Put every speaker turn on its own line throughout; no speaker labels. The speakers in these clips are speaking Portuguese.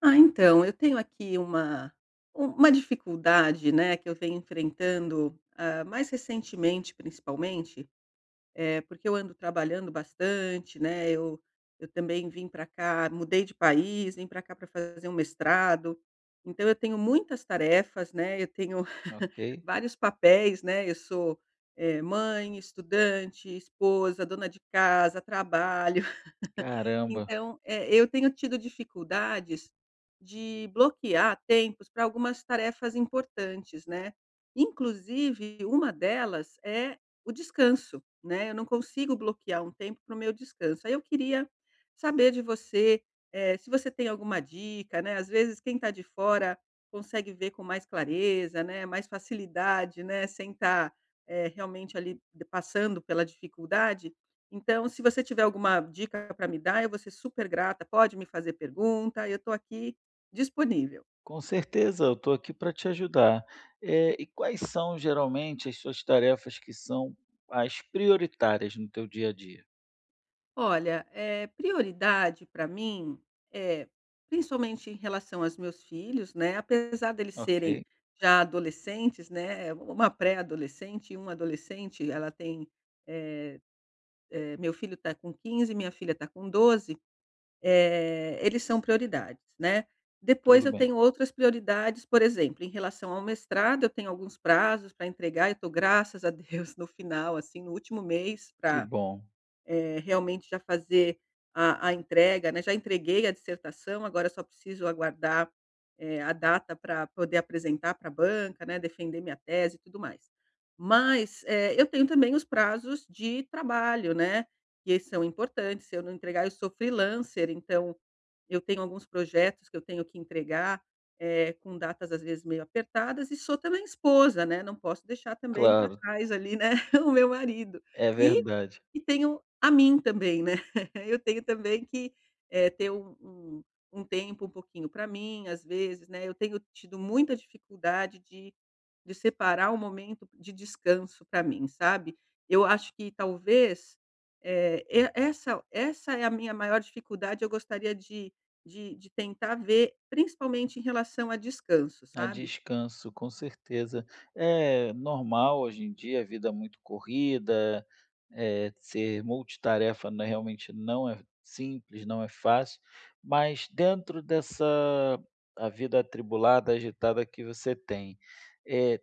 Eu tenho aqui uma dificuldade, né, que eu venho enfrentando, mais recentemente, principalmente, é porque eu ando trabalhando bastante, né, eu também vim para cá, mudei de país, vim para cá para fazer um mestrado, então eu tenho muitas tarefas, né, eu tenho
Ok.
vários papéis, né, eu sou mãe, estudante, esposa, dona de casa, trabalho.
Caramba,
Então, eu tenho tido dificuldades de bloquear tempos para algumas tarefas importantes, né. Inclusive, uma delas é o descanso, né, eu não consigo bloquear um tempo para o meu descanso. Aí eu queria saber de você, se você tem alguma dica, né, às vezes quem está de fora consegue ver com mais clareza, né, mais facilidade, né, sem estar realmente ali passando pela dificuldade. Então, se você tiver alguma dica para me dar, eu vou ser super grata, pode me fazer pergunta, eu estou aqui disponível.
com certeza eu estou aqui para te ajudar. E quais são geralmente as suas tarefas que são as prioritárias no teu dia a dia?
Olha, prioridade para mim é, principalmente em relação aos meus filhos, né, apesar deles
Ok,
serem já adolescentes, né, uma pré-adolescente e um adolescente, meu filho está com 15, minha filha está com 12. Eh, eles são prioridades, né. Depois
tudo
eu
bem.
tenho outras prioridades, por exemplo, em relação ao mestrado, eu tenho alguns prazos para entregar, eu tô, graças a Deus, no final, assim, no último mês
Que
para
bom,
realmente já fazer a entrega, né. Já entreguei a dissertação, agora só preciso aguardar a data para poder apresentar para a banca, né, defender minha tese e tudo mais. Mas, eu tenho também os prazos de trabalho, né, que são importantes, se eu não entregar, eu sou freelancer, então eu tenho alguns projetos que eu tenho que entregar, com datas, às vezes, meio apertadas, e sou também esposa, né, não posso deixar também para
claro,
trás ali, né, o meu marido.
é
E
verdade.
e tenho a mim também, né, eu tenho também que, ter um tempo um pouquinho para mim, às vezes, né, eu tenho tido muita dificuldade de separar um momento de descanso para mim, sabe. Eu acho que talvez, essa é a minha maior dificuldade, eu gostaria de tentar ver, principalmente em relação a descanso,
A
sabe.
descanso, com certeza. É normal hoje em dia, a vida é muito corrida, ser multitarefa não é realmente não é simples, não é fácil, mas dentro dessa a vida atribulada, agitada que você tem, eh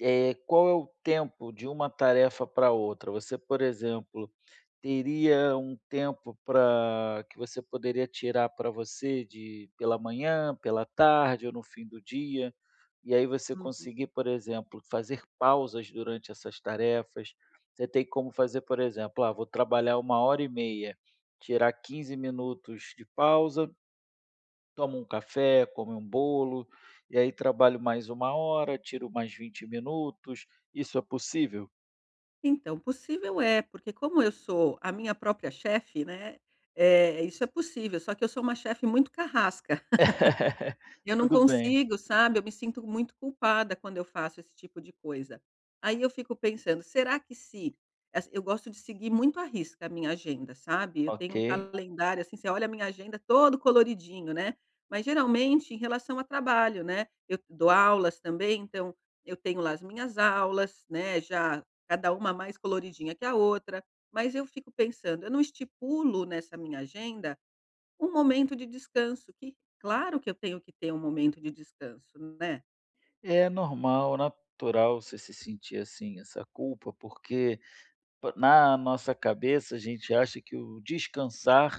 qual é o tempo de uma tarefa para outra? Você, por exemplo, teria um tempo para que você poderia tirar para você de pela manhã, pela tarde ou no fim do dia, e aí você
Uhum.
conseguir, por exemplo, fazer pausas durante essas tarefas. Você tem como fazer, por exemplo: "Ah, vou trabalhar 1 hora e meia, tirar 15 minutos de pausa, tomo um café, como um bolo, e aí trabalho mais 1 hora, tiro mais 20 minutos". Isso é possível?
Então, possível é, porque como eu sou a minha própria chefe, né, isso é possível, só que eu sou uma chefe muito carrasca. Eu não
Tudo bem,
consigo, sabe, eu me sinto muito culpada quando eu faço esse tipo de coisa. Aí eu fico pensando, será que se as eu gosto de seguir muito à risca a minha agenda, sabe, eu tenho
ok.
um calendário, assim, você olha a minha agenda todo coloridinho, né, mas geralmente em relação a trabalho, né, eu dou aulas também, então eu tenho lá as minhas aulas, né, já cada uma mais coloridinha que a outra, mas eu fico pensando, eu não estipulo nessa minha agenda um momento de descanso, que claro que eu tenho que ter um momento de descanso, né.
É normal, natural você se sentir assim, essa culpa, porque na nossa cabeça a gente acha que o descansar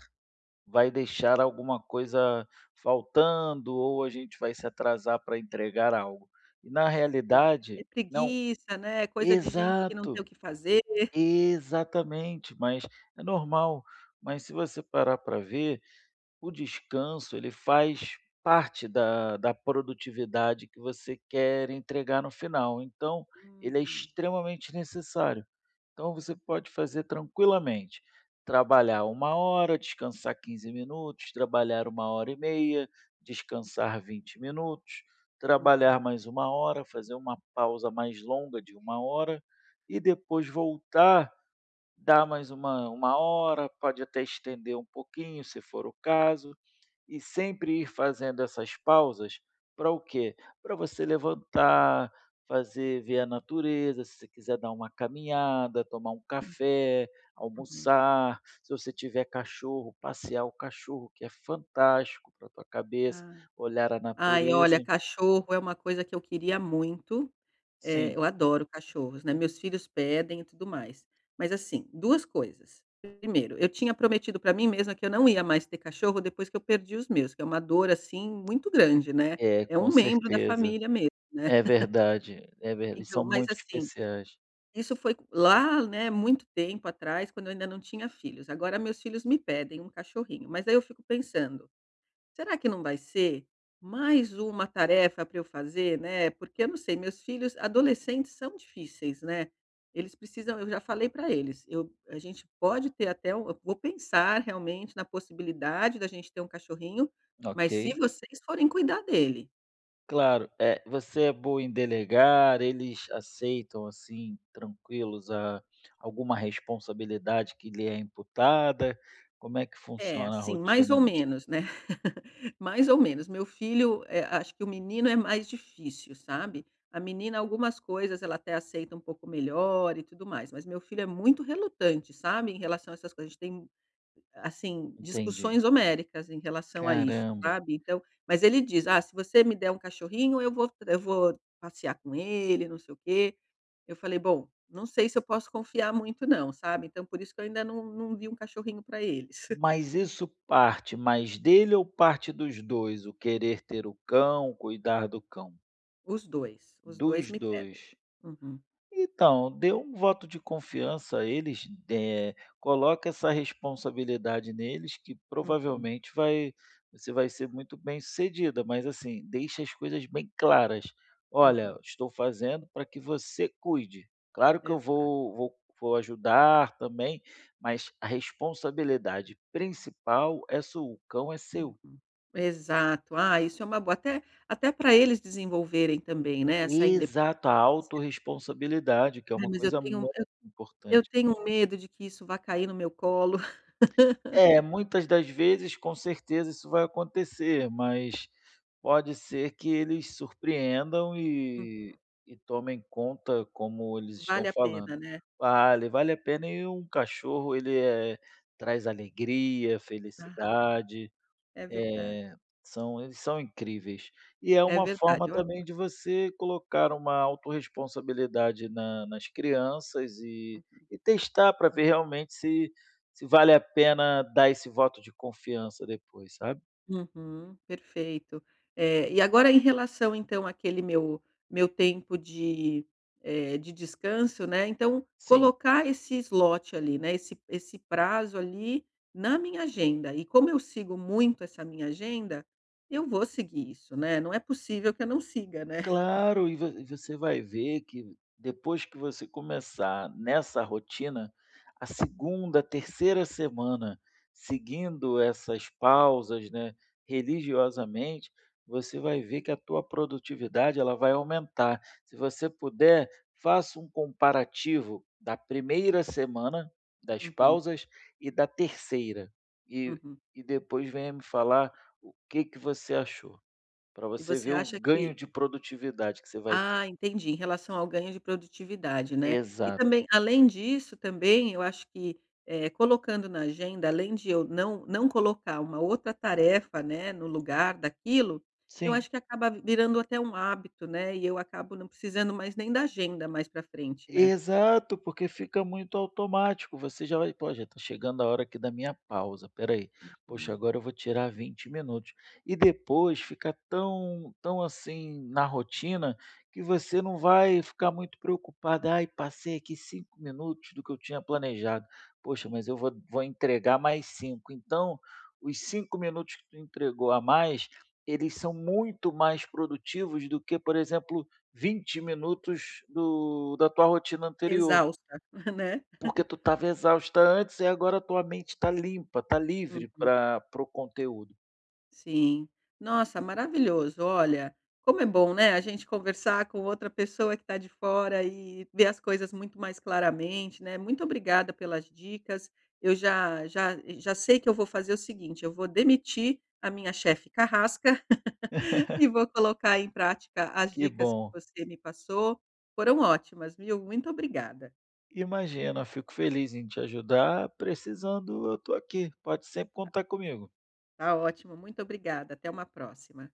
vai deixar alguma coisa faltando ou a gente vai se atrasar para entregar algo. E na
É
realidade, não,
preguiça, né, é coisa de gente que não tem
exato,
o que fazer.
exatamente, mas é normal. Mas se você parar para ver, o descanso, ele faz parte da produtividade que você quer entregar no final, então ele é
Hum,
extremamente necessário. Então você pode fazer tranquilamente, trabalhar 1 hora, descansar 15 minutos, trabalhar uma hora e meia, descansar 20 minutos,
uhum,
trabalhar mais 1 hora, fazer uma pausa mais longa de 1 hora e depois voltar, dar mais uma hora, pode até estender um pouquinho, se for o caso. E sempre ir fazendo essas pausas para o quê? Para você levantar, fazer ver a natureza, se você quiser dar uma caminhada, tomar um
uhum,
café,
uhum.
almoçar, se você tiver cachorro, passear o cachorro, que é fantástico para tua cabeça,
Ai,
olhar a
ai,
natureza.
olha, cachorro é uma coisa que eu queria muito,
Sim.
eu adoro cachorros, né, meus filhos pedem e tudo mais. Mas assim, 2 coisas. Primeiro, eu tinha prometido para mim mesma que eu não ia mais ter cachorro depois que eu perdi os meus, que é uma dor, assim, muito grande, né,
É,
é
com
um membro da
certeza.
família mesmo, né.
É verdade, é verdade.
Então,
São
mas
muito
assim,
especiais.
isso foi lá, né, muito tempo atrás, quando eu ainda não tinha filhos. Agora meus filhos me pedem um cachorrinho, mas aí eu fico pensando: "Será que não vai ser mais uma tarefa para eu fazer, né?" Porque eu não sei, meus filhos adolescentes são difíceis, né. Eles precisam, eu já falei para eles: "Eu A gente pode ter até um, eu vou pensar realmente na possibilidade da gente ter um cachorrinho,
Ok.
mas se vocês forem cuidar dele".
Claro, você é boa em delegar, eles aceitam, assim, tranquilos a alguma responsabilidade que lhe é imputada? Como é que
É,
funciona a
assim, mais
rotina
ou
nisso?
menos, né. Mais ou menos. Meu filho, acho que o menino é mais difícil, sabe. A menina, algumas coisas ela até aceita um pouco melhor e tudo mais, mas meu filho é muito relutante, sabe, em relação a essas coisas. A gente tem, assim,
Entendi.
discussões homéricas em relação a isso,
Caramba.
sabe. Então mas ele diz: "Ah, se você me der um cachorrinho, eu vou passear com ele, não sei o quê". Eu falei: "Bom, não sei se eu posso confiar muito não, sabe, então por isso que eu ainda não vi um cachorrinho para eles".
Mas isso parte mais dele ou parte dos 2? O querer ter o cão, cuidar do cão?
Os 2
Dos
me pedem.
2.
Uhum,
Então, dê um voto de confiança a eles, coloca essa responsabilidade neles que
uhum,
provavelmente vai você vai ser muito bem-sucedida, mas assim, deixa as coisas bem claras.
uhum,
"Olha, estou fazendo para que você cuide. Claro que eu
exato,
vou ajudar também, mas a responsabilidade principal é sua, o cão é seu".
uhum. Exato. Ah, isso é uma boa, até até para eles desenvolverem também, né, essa independência.
Exato, a autorresponsabilidade, que é
Ai,
uma
mas eu
coisa
tenho
muito
eu eu
importante.
tenho medo de que isso vá cair no meu colo.
É, muitas das vezes, com certeza, isso vai acontecer, mas pode ser que eles surpreendam
Hum,
e tomem conta como eles estão
vale a pena,
falando.
né.
Vale, vale a pena e um cachorro ele, traz alegria,
Ah,
felicidade.
é verdade,
É, são eles são incríveis. E é
é
uma
verdade,
forma
eu a
também de você colocar uma autorresponsabilidade na nas crianças e testar para ver realmente se vale a pena dar esse voto de confiança depois, sabe?
Uhum, perfeito. E agora em relação então àquele meu tempo de, de descanso, né, então
Sim.
colocar esse slot ali, né, esse prazo ali na minha agenda, e como eu sigo muito essa minha agenda, eu vou seguir isso, né, não é possível que eu não siga, né.
Claro, e você vai ver que depois que você começar nessa rotina, a segunda, terceira semana, seguindo essas pausas, né, religiosamente, você vai ver que a tua produtividade, ela vai aumentar. Se você puder, faça um comparativo da primeira semana das
Uhum,
pausas e da terceira, e
uhum.
e depois venha me falar o que que você achou para
E
você
você
ver o
acha
ganho
que
de produtividade que você vai ter.
Ah, entendi, em relação ao ganho de produtividade, né. E
Exato.
também, além disso também, eu acho que, colocando na agenda, além de eu não colocar uma outra tarefa, né, no lugar daquilo, eu
Sim,
acho que acaba virando até um hábito, né, e eu acabo não precisando mais nem da agenda mais para frente, né.
exato, porque fica muito automático, você já vai: "Pô, já está chegando a hora aqui da minha pausa, espera aí, poxa,
Hum.
agora eu vou tirar 20 minutos". E depois fica tão tão, assim, na rotina, que você não vai ficar muito preocupado. "Ai, passei aqui 5 minutos do que eu tinha planejado. Poxa, mas eu vou entregar mais 5. Então, os 5 minutos que tu entregou a mais, eles são muito mais produtivos do que, por exemplo, 20 minutos do da tua rotina anterior,
Exausta, né.
porque tu estava exausta antes e agora tua mente está limpa, está livre pra para o conteúdo.
Sim. Nossa, maravilhoso. Olha, como é bom, né, a gente conversar com outra pessoa que está de fora e ver as coisas muito mais claramente, né. Muito obrigada pelas dicas. Eu já sei que eu vou fazer o seguinte, eu vou demitir a minha chefe carrasca e vou colocar em prática as
Que
dicas
bom.
que você me passou. Foram ótimas, viu. Muito obrigada.
Imagina, fico feliz em te ajudar, precisando eu estou aqui, pode sempre contar comigo.
Tá ótimo, muito obrigada. Até uma próxima.